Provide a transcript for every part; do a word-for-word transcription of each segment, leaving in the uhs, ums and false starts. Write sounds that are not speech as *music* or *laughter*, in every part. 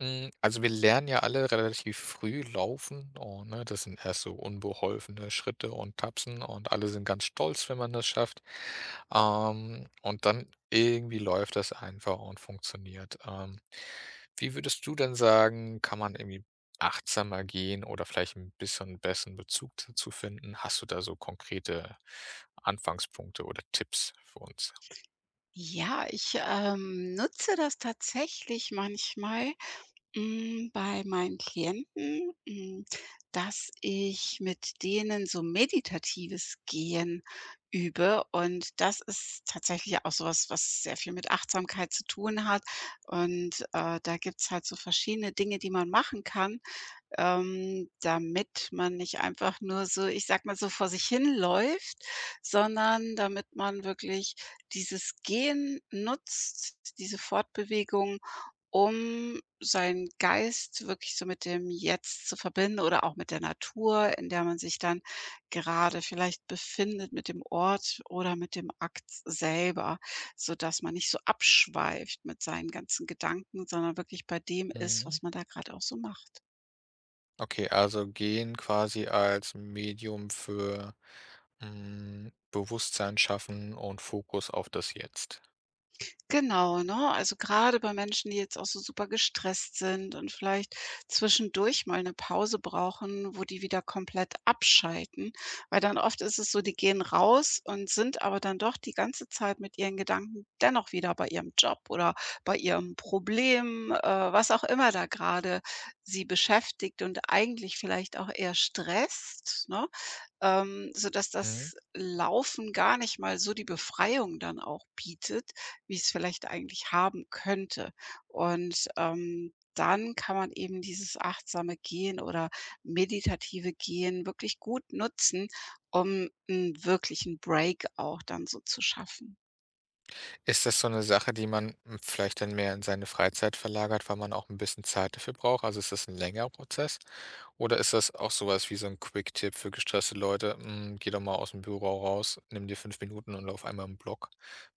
Hm, also wir lernen ja alle relativ früh laufen und, ne, das sind erst so unbeholfene Schritte und Tapsen und alle sind ganz stolz, wenn man das schafft. Ähm, und dann irgendwie läuft das einfach und funktioniert. Ähm, wie würdest du denn sagen, kann man irgendwie achtsamer gehen oder vielleicht ein bisschen besseren Bezug dazu finden? Hast du da so konkrete Anfangspunkte oder Tipps für uns? Ja, ich, ähm, nutze das tatsächlich manchmal, hm, bei meinen Klienten, hm, dass ich mit denen so meditatives Gehen übe, und das ist tatsächlich auch sowas, was, was sehr viel mit Achtsamkeit zu tun hat. Und, äh, da gibt's halt so verschiedene Dinge, die man machen kann, ähm, damit man nicht einfach nur so, ich sage mal, so vor sich hin läuft, sondern damit man wirklich dieses Gehen nutzt, diese Fortbewegung, um seinen Geist wirklich so mit dem Jetzt zu verbinden oder auch mit der Natur, in der man sich dann gerade vielleicht befindet, mit dem Ort oder mit dem Akt selber, sodass man nicht so abschweift mit seinen ganzen Gedanken, sondern wirklich bei dem ist, Mhm. was man da gerade auch so macht. Okay, also Gehen quasi als Medium für Hm, Bewusstsein schaffen und Fokus auf das Jetzt. Genau, ne? Also gerade bei Menschen, die jetzt auch so super gestresst sind und vielleicht zwischendurch mal eine Pause brauchen, wo die wieder komplett abschalten, weil dann oft ist es so, die gehen raus und sind aber dann doch die ganze Zeit mit ihren Gedanken dennoch wieder bei ihrem Job oder bei ihrem Problem, äh, was auch immer da gerade sie beschäftigt und eigentlich vielleicht auch eher stresst, ne? Ähm, sodass Mhm. das Laufen gar nicht mal so die Befreiung dann auch bietet, wie es vielleicht eigentlich haben könnte. Und, ähm, dann kann man eben dieses achtsame Gehen oder meditative Gehen wirklich gut nutzen, um 'n wirklichen Break auch dann so zu schaffen. Ist das so eine Sache, die man, hm, vielleicht dann mehr in seine Freizeit verlagert, weil man auch ein bisschen Zeit dafür braucht? Also, ist das ein längerer Prozess? Oder ist das auch sowas wie so ein Quick-Tipp für gestresste Leute: „Hm, Geh doch mal aus dem Büro raus, nimm dir fünf Minuten und lauf einmal im Block“,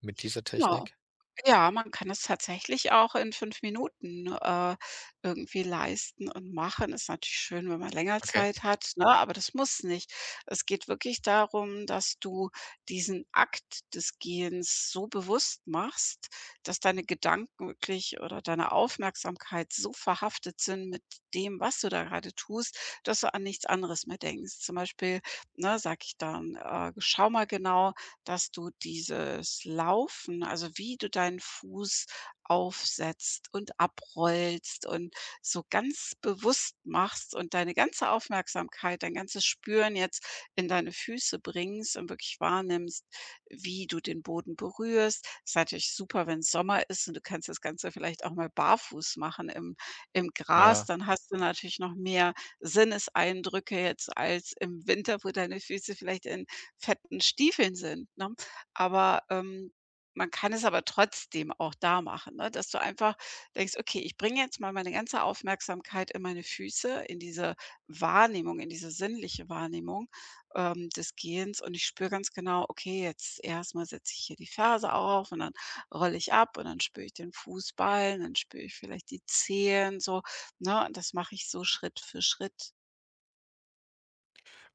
mit dieser Ja. Technik? Ja, man kann es tatsächlich auch in fünf Minuten, äh, irgendwie leisten und machen. Ist natürlich schön, wenn man länger Okay, Zeit hat, ne, aber das muss nicht. Es geht wirklich darum, dass du diesen Akt des Gehens so bewusst machst, dass deine Gedanken wirklich oder deine Aufmerksamkeit so verhaftet sind mit dem, was du da gerade tust, dass du an nichts anderes mehr denkst. Zum Beispiel, ne, sag ich dann, äh: „Schau mal genau, dass du dieses Laufen, also wie du deinen Fuß aufsetzt und abrollst und so ganz bewusst machst und deine ganze Aufmerksamkeit, dein ganzes Spüren jetzt in deine Füße bringst und wirklich wahrnimmst, wie du den Boden berührst. Ist natürlich super, wenn es Sommer ist und du kannst das Ganze vielleicht auch mal barfuß machen im, im Gras, ja. dann hast du natürlich noch mehr Sinneseindrücke jetzt als im Winter, wo deine Füße vielleicht in fetten Stiefeln sind, ne? Aber, ähm, man kann es aber trotzdem auch da machen, ne, dass du einfach denkst: „Okay, ich bringe jetzt mal meine ganze Aufmerksamkeit in meine Füße, in diese Wahrnehmung, in diese sinnliche Wahrnehmung, ähm, des Gehens und ich spüre ganz genau, okay, jetzt erstmal setze ich hier die Ferse auf und dann rolle ich ab und dann spüre ich den Fußballen, dann spüre ich vielleicht die Zehen so", ne? Und das mache ich so Schritt für Schritt.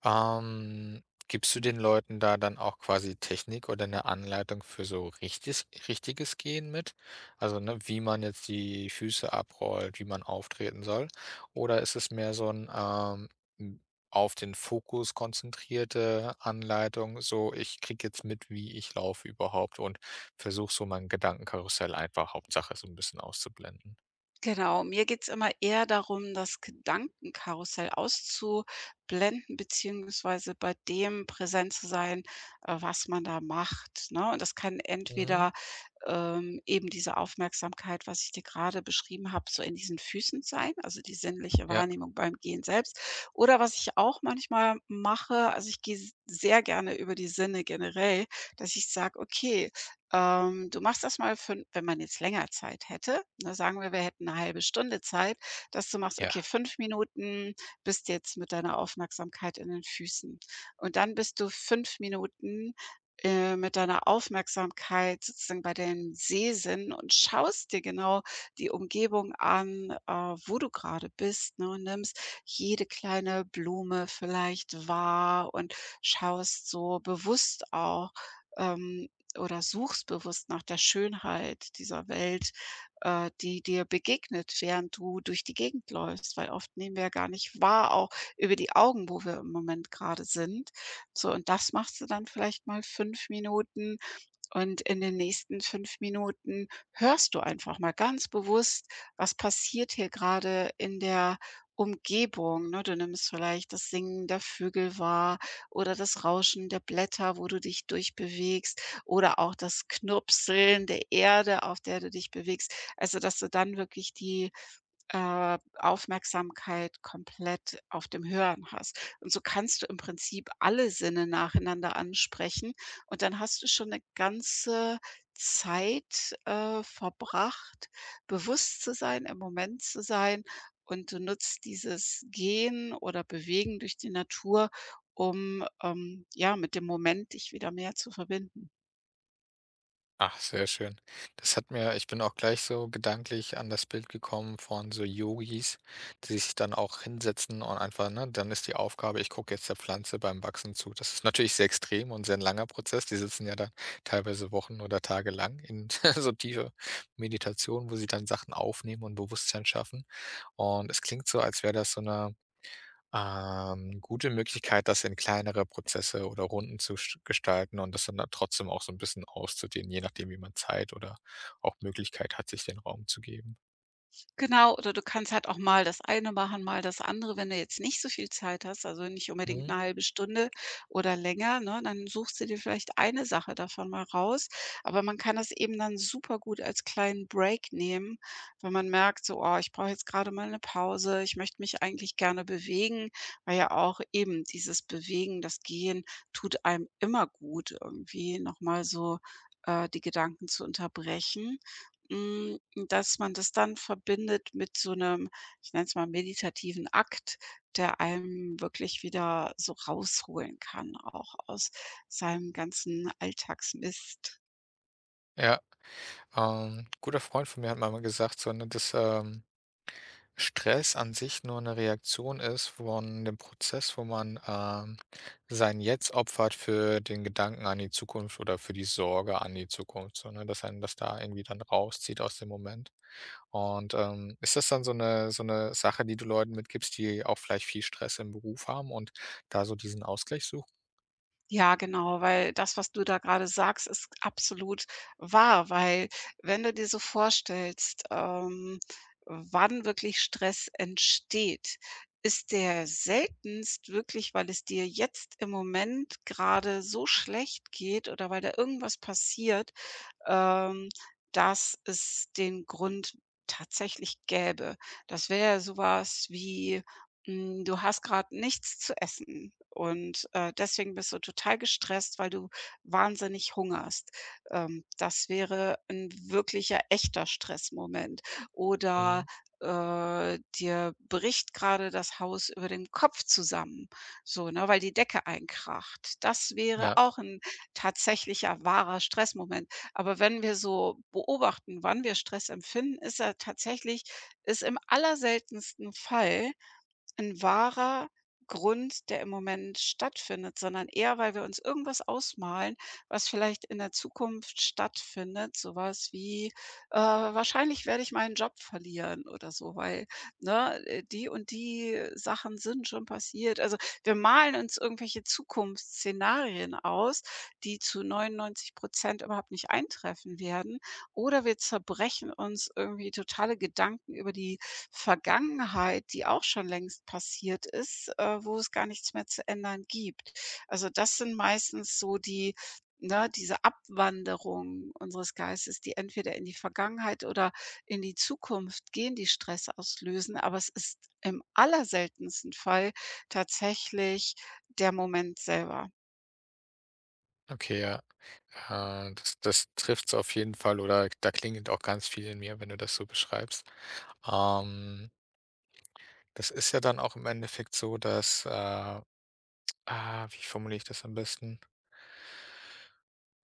Ähm, gibst du den Leuten da dann auch quasi Technik oder eine Anleitung für so richtiges richtiges Gehen mit? Also, ne, wie man jetzt die Füße abrollt, wie man auftreten soll? Oder ist es mehr so ein ähm, hm, auf den Fokus konzentrierte Anleitung, so: „Ich kriege jetzt mit, wie ich laufe überhaupt und versuche so mein Gedankenkarussell einfach Hauptsache so ein bisschen auszublenden.“ Genau, mir geht's immer eher darum, das Gedankenkarussell auszublenden, beziehungsweise bei dem präsent zu sein, äh, was man da macht, ne? Und das kann Mhm. entweder, ähm, eben diese Aufmerksamkeit, was ich dir gerade beschrieben habe, so in diesen Füßen sein, also die sinnliche Ja, Wahrnehmung beim Gehen selbst. Oder was ich auch manchmal mache, also ich gehe sehr gerne über die Sinne generell, dass ich sage: „Okay, ähm, du machst das mal fün wenn man jetzt länger Zeit hätte, ne, sagen wir, wir hätten eine halbe Stunde Zeit, dass du machst: „Okay, ja. fünf Minuten bist jetzt mit deiner Aufmerksamkeit in den Füßen." Und dann bist du fünf Minuten, äh, mit deiner Aufmerksamkeit sozusagen bei den Sehsinn und schaust dir genau die Umgebung an, äh, wo du gerade bist, ne, und nimmst jede kleine Blume vielleicht wahr und schaust so bewusst auch, ähm oder suchst bewusst nach der Schönheit dieser Welt, äh, die dir begegnet, während du durch die Gegend läufst, weil oft nehmen wir ja gar nicht wahr, auch über die Augen, wo wir im Moment gerade sind. So, und das machst du dann vielleicht mal fünf Minuten und in den nächsten fünf Minuten hörst du einfach mal ganz bewusst, was passiert hier gerade in der Umgebung, ne? Du nimmst vielleicht das Singen der Vögel wahr oder das Rauschen der Blätter, wo du dich durchbewegst oder auch das Knirpseln der Erde, auf der du dich bewegst. Also, dass du dann wirklich die äh, Aufmerksamkeit komplett auf dem Hören hast. Und so kannst du im Prinzip alle Sinne nacheinander ansprechen und dann hast du schon eine ganze Zeit, äh, verbracht, bewusst zu sein, im Moment zu sein und du nutzt dieses Gehen oder Bewegen durch die Natur, um, ähm, ja, mit dem Moment dich wieder mehr zu verbinden. Ach, sehr schön. Das hat mir ich bin auch gleich so gedanklich an das Bild gekommen von so Yogis, die sich dann auch hinsetzen und einfach ne, dann ist die Aufgabe, ich gucke jetzt der Pflanze beim Wachsen zu. Das ist natürlich sehr extrem und sehr 'n langer Prozess. Die sitzen ja dann teilweise Wochen oder Tage lang in *laughs* so tiefe Meditation, wo sie dann Sachen aufnehmen und Bewusstsein schaffen. Und es klingt so, als wäre das so eine ähm, gute Möglichkeit, das in kleinere Prozesse oder Runden zu sch gestalten und das dann da trotzdem auch so ein bisschen auszudehnen, je nachdem, wie man Zeit oder auch Möglichkeit hat, sich den Raum zu geben. Genau, oder du kannst halt auch mal das eine machen, mal das andere, wenn du jetzt nicht so viel Zeit hast, also nicht unbedingt Mhm. eine halbe Stunde oder länger, ne? Dann suchst du dir vielleicht eine Sache davon mal raus. Aber man kann das eben dann super gut als kleinen Break nehmen, wenn man merkt so: „Oh, ich brauche jetzt gerade mal eine Pause. Ich möchte mich eigentlich gerne bewegen", weil ja auch eben dieses Bewegen, das Gehen tut einem immer gut, irgendwie noch mal so, äh, die Gedanken zu unterbrechen. Hm, Dass man das dann verbindet mit so einem, ich nenne es mal meditativen Akt, der einem wirklich wieder so rausholen kann, auch aus seinem ganzen Alltagsmist. Ja, ähm, guter Freund von mir hat mal mal gesagt, so, ne, dass, ähm, Stress an sich nur eine Reaktion ist von dem Prozess, wo man, ähm, sein Jetzt opfert für den Gedanken an die Zukunft oder für die Sorge an die Zukunft, so, ne, dass einen das da irgendwie dann rauszieht aus dem Moment. Und, ähm, ist das dann so eine so eine Sache, die du Leuten mitgibst, die auch vielleicht viel Stress im Beruf haben und da so diesen Ausgleich suchen? Ja, genau, weil das, was du da gerade sagst, ist absolut wahr, weil wenn du dir so vorstellst, ähm, wann wirklich Stress entsteht, ist der seltenst wirklich, weil es dir jetzt im Moment gerade so schlecht geht oder weil da irgendwas passiert, ähm, dass es den Grund tatsächlich gäbe. Das wäre sowas wie, hm, du hast gerade nichts zu essen und, äh, deswegen bist du total gestresst, weil du wahnsinnig hungerst. Ähm, das wäre ein wirklicher, echter Stressmoment. Oder, Mhm. äh, dir bricht gerade das Haus über dem Kopf zusammen, so, ne, weil die Decke einkracht. Das wäre Ja, auch ein tatsächlicher, wahrer Stressmoment. Aber wenn wir so beobachten, wann wir Stress empfinden, ist er tatsächlich ist im allerseltensten Fall ein wahrer Grund, der im Moment stattfindet, sondern eher, weil wir uns irgendwas ausmalen, was vielleicht in der Zukunft stattfindet. Sowas wie, äh: „Wahrscheinlich werde ich meinen Job verlieren" oder so, weil, ne, äh, die und die Sachen sind schon passiert. Also, wir malen uns irgendwelche Zukunftsszenarien aus, die zu neunundneunzig Prozent überhaupt nicht eintreffen werden. Oder wir zerbrechen uns irgendwie totale Gedanken über die Vergangenheit, die auch schon längst passiert ist, äh, wo es gar nichts mehr zu ändern gibt. Also, das sind meistens so die ne, diese Abwanderung unseres Geistes, die entweder in die Vergangenheit oder in die Zukunft gehen, die Stress auslösen. Aber es ist im allerseltensten Fall tatsächlich der Moment selber. okay, ja. Äh, das das trifft's auf jeden Fall oder da klingelt auch ganz viel in mir, wenn du das so beschreibst. Ähm, Das ist ja dann auch im Endeffekt so, dass, äh ah, wie formuliere ich das am besten?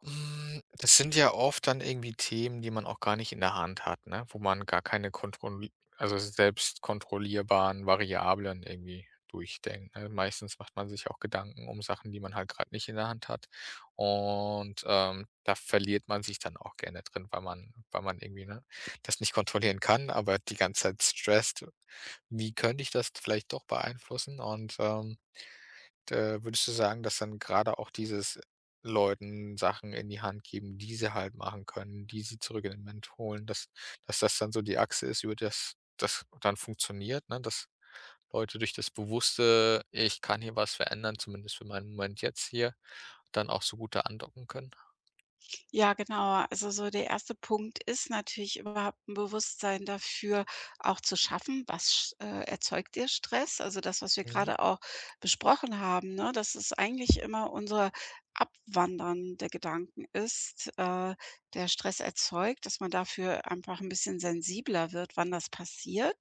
Hm, das sind ja oft dann irgendwie Themen, die man auch gar nicht in der Hand hat, ne? Wo man gar keine kontrolli also selbst kontrollierbaren Variablen irgendwie durchdenkt, ne? Meistens macht man sich auch Gedanken um Sachen, die man halt gerade nicht in der Hand hat. Und, ähm, da verliert man sich dann auch gerne drin, weil man weil man irgendwie, ne, das nicht kontrollieren kann, aber die ganze Zeit stresst: „Wie könnte ich das vielleicht doch beeinflussen?“ Und, ähm äh, würdest du sagen, dass dann gerade auch dieses Leuten Sachen in die Hand geben, die sie halt machen können, die sie zurück in den Moment holen, dass dass das dann so die Achse ist, über das das dann funktioniert, ne? Dass Leute durch das bewusste: „Ich kann hier was verändern, zumindest für meinen Moment jetzt hier“, dann auch so gut da andocken können? Ja, genau. Also so der erste Punkt ist natürlich überhaupt ein Bewusstsein dafür auch zu schaffen, was sch äh, erzeugt dir Stress? Also das, was wir Mhm, gerade auch besprochen haben, ne, dass es eigentlich immer unser Abwandern der Gedanken ist, äh, der Stress erzeugt, dass man dafür einfach ein bisschen sensibler wird, wann das passiert.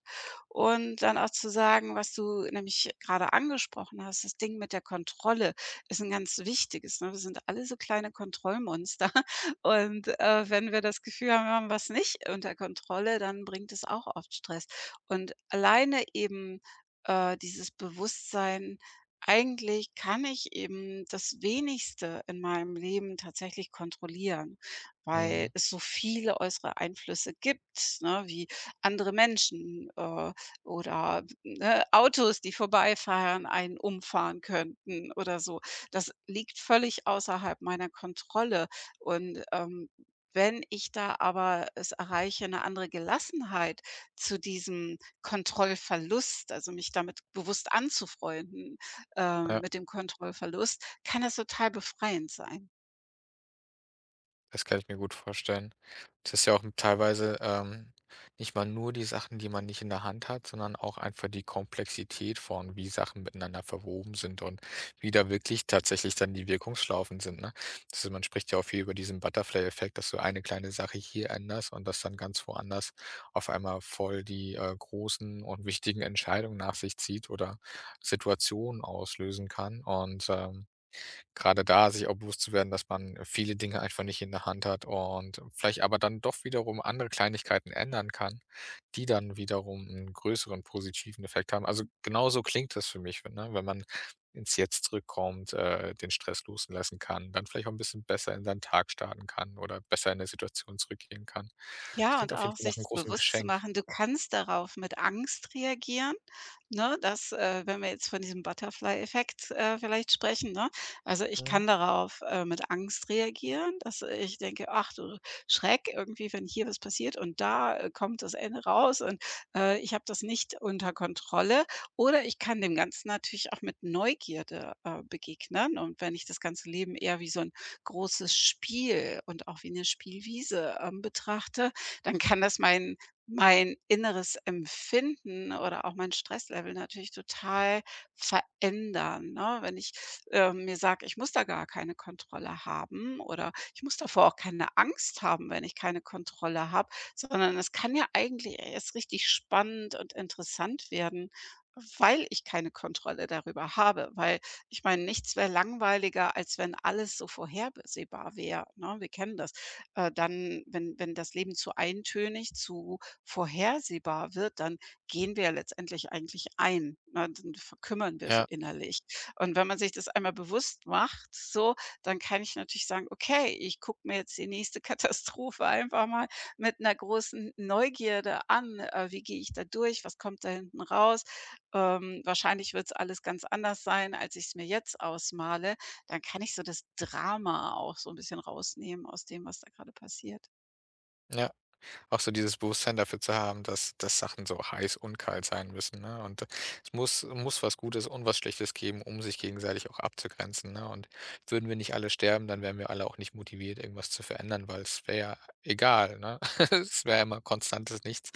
Und dann auch zu sagen, was du nämlich gerade angesprochen hast, das Ding mit der Kontrolle ist ein ganz wichtiges, ne? Wir sind alle so kleine Kontrollmonster *laughs* und, äh, wenn wir das Gefühl haben, wir haben was nicht unter Kontrolle, dann bringt es auch oft Stress. Und alleine eben, äh, dieses Bewusstsein: „Eigentlich kann ich eben das Wenigste in meinem Leben tatsächlich kontrollieren", weil mhm, es so viele äußere Einflüsse gibt, ne, wie andere Menschen, äh, oder, ne, Autos, die vorbeifahren, einen umfahren könnten oder so. Das liegt völlig außerhalb meiner Kontrolle. Und, ähm, wenn ich da aber es erreiche, eine andere Gelassenheit zu diesem Kontrollverlust, also, mich damit bewusst anzufreunden, ähm, ja. mit dem Kontrollverlust, kann das total befreiend sein. Das kann ich mir gut vorstellen. Das ist ja auch teilweise, ähm, nicht mal nur die Sachen, die man nicht in der Hand hat, sondern auch einfach die Komplexität von, wie Sachen miteinander verwoben sind und wie da wirklich tatsächlich dann die Wirkungsschlaufen sind, ne? Also, man spricht ja auch viel über diesen Butterfly-Effekt, dass du eine kleine Sache hier änderst und das dann ganz woanders auf einmal voll die, äh, großen und wichtigen Entscheidungen nach sich zieht oder Situationen auslösen kann und, ähm gerade da sich auch bewusst zu werden, dass man viele Dinge einfach nicht in der Hand hat und vielleicht aber dann doch wiederum andere Kleinigkeiten ändern kann, die dann wiederum einen größeren positiven Effekt haben. Also, genau so klingt das für mich, wenn ne, wenn man ins Jetzt zurückkommt, äh, den Stress loslassen kann, dann vielleicht auch ein bisschen besser in seinen Tag starten kann oder besser in 'ne Situation zurückgehen kann. Das Ja, klingt und auf jeden auch Fall nach einem sich großen bewusst zu Geschenk. machen, du kannst darauf mit Angst reagieren, ne? Das, äh wenn wir jetzt von diesem Butterfly-Effekt, äh, vielleicht sprechen, ne? Also, ich Mhm. kann darauf, äh, mit Angst reagieren, dass ich denke: „Ach du Schreck, irgendwie, wenn hier was passiert und da, äh, kommt das Ende raus und, äh, ich habe das nicht unter Kontrolle." Oder ich kann dem Ganzen natürlich auch mit Neugierde, äh, begegnen. Und wenn ich das ganze Leben eher wie so ein großes Spiel und auch wie eine Spielwiese, ähm, betrachte, dann kann das mein mein inneres Empfinden oder auch mein Stresslevel natürlich total verändern, ne? Wenn ich, ähm, mir sage: „Ich muss da gar keine Kontrolle haben" oder „Ich muss davor auch keine Angst haben, wenn ich keine Kontrolle habe", sondern es kann ja eigentlich erst richtig spannend und interessant werden, weil ich keine Kontrolle darüber habe. Weil ich meine, nichts wäre langweiliger, als wenn alles so vorhersehbar wäre, ne? Wir kennen das, äh, dann wenn wenn das Leben zu eintönig, zu vorhersehbar wird, dann gehen wir ja letztendlich eigentlich ein, ne? Dann verkümmern wir so Ja, innerlich. Und wenn man sich das einmal bewusst macht, so, dann kann ich natürlich sagen: „Okay, ich gucke mir jetzt die nächste *laughs* Katastrophe einfach mal mit einer großen Neugierde an. Äh, wie gehe ich da durch? Was kommt da hinten raus? Ähm, wahrscheinlich wird es alles ganz anders sein, als ich es mir jetzt ausmale." Dann kann ich so das Drama auch so ein bisschen rausnehmen aus dem, was da gerade passiert. ja. Auch so dieses Bewusstsein dafür zu haben, dass dass Sachen so heiß und kalt sein müssen, ne? Und es muss muss was Gutes und was Schlechtes geben, um sich gegenseitig auch abzugrenzen, ne? Und würden wir nicht alle sterben, dann wären wir alle auch nicht motiviert, irgendwas zu verändern, weil es wäre ja egal, ne? *laughs* Es wäre ja immer konstantes Nichts.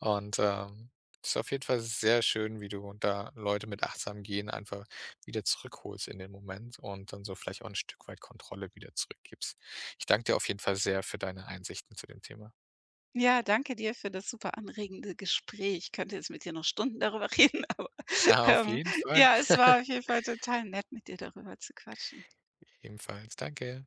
Und, ähm, es ist auf jeden Fall sehr schön, wie du da Leute mit Achtsam Gehen einfach wieder zurückholst in den Moment und dann so vielleicht auch ein Stück weit Kontrolle wieder zurückgibst. Ich danke dir auf jeden Fall sehr für deine Einsichten zu dem Thema. Ja, danke dir für das super anregende Gespräch. Ich könnte jetzt mit dir noch Stunden darüber *laughs* reden, aber, Ah, auf ähm, jeden Fall. ja, es war auf jeden Fall total nett, mit dir darüber zu quatschen. Ebenfalls, danke.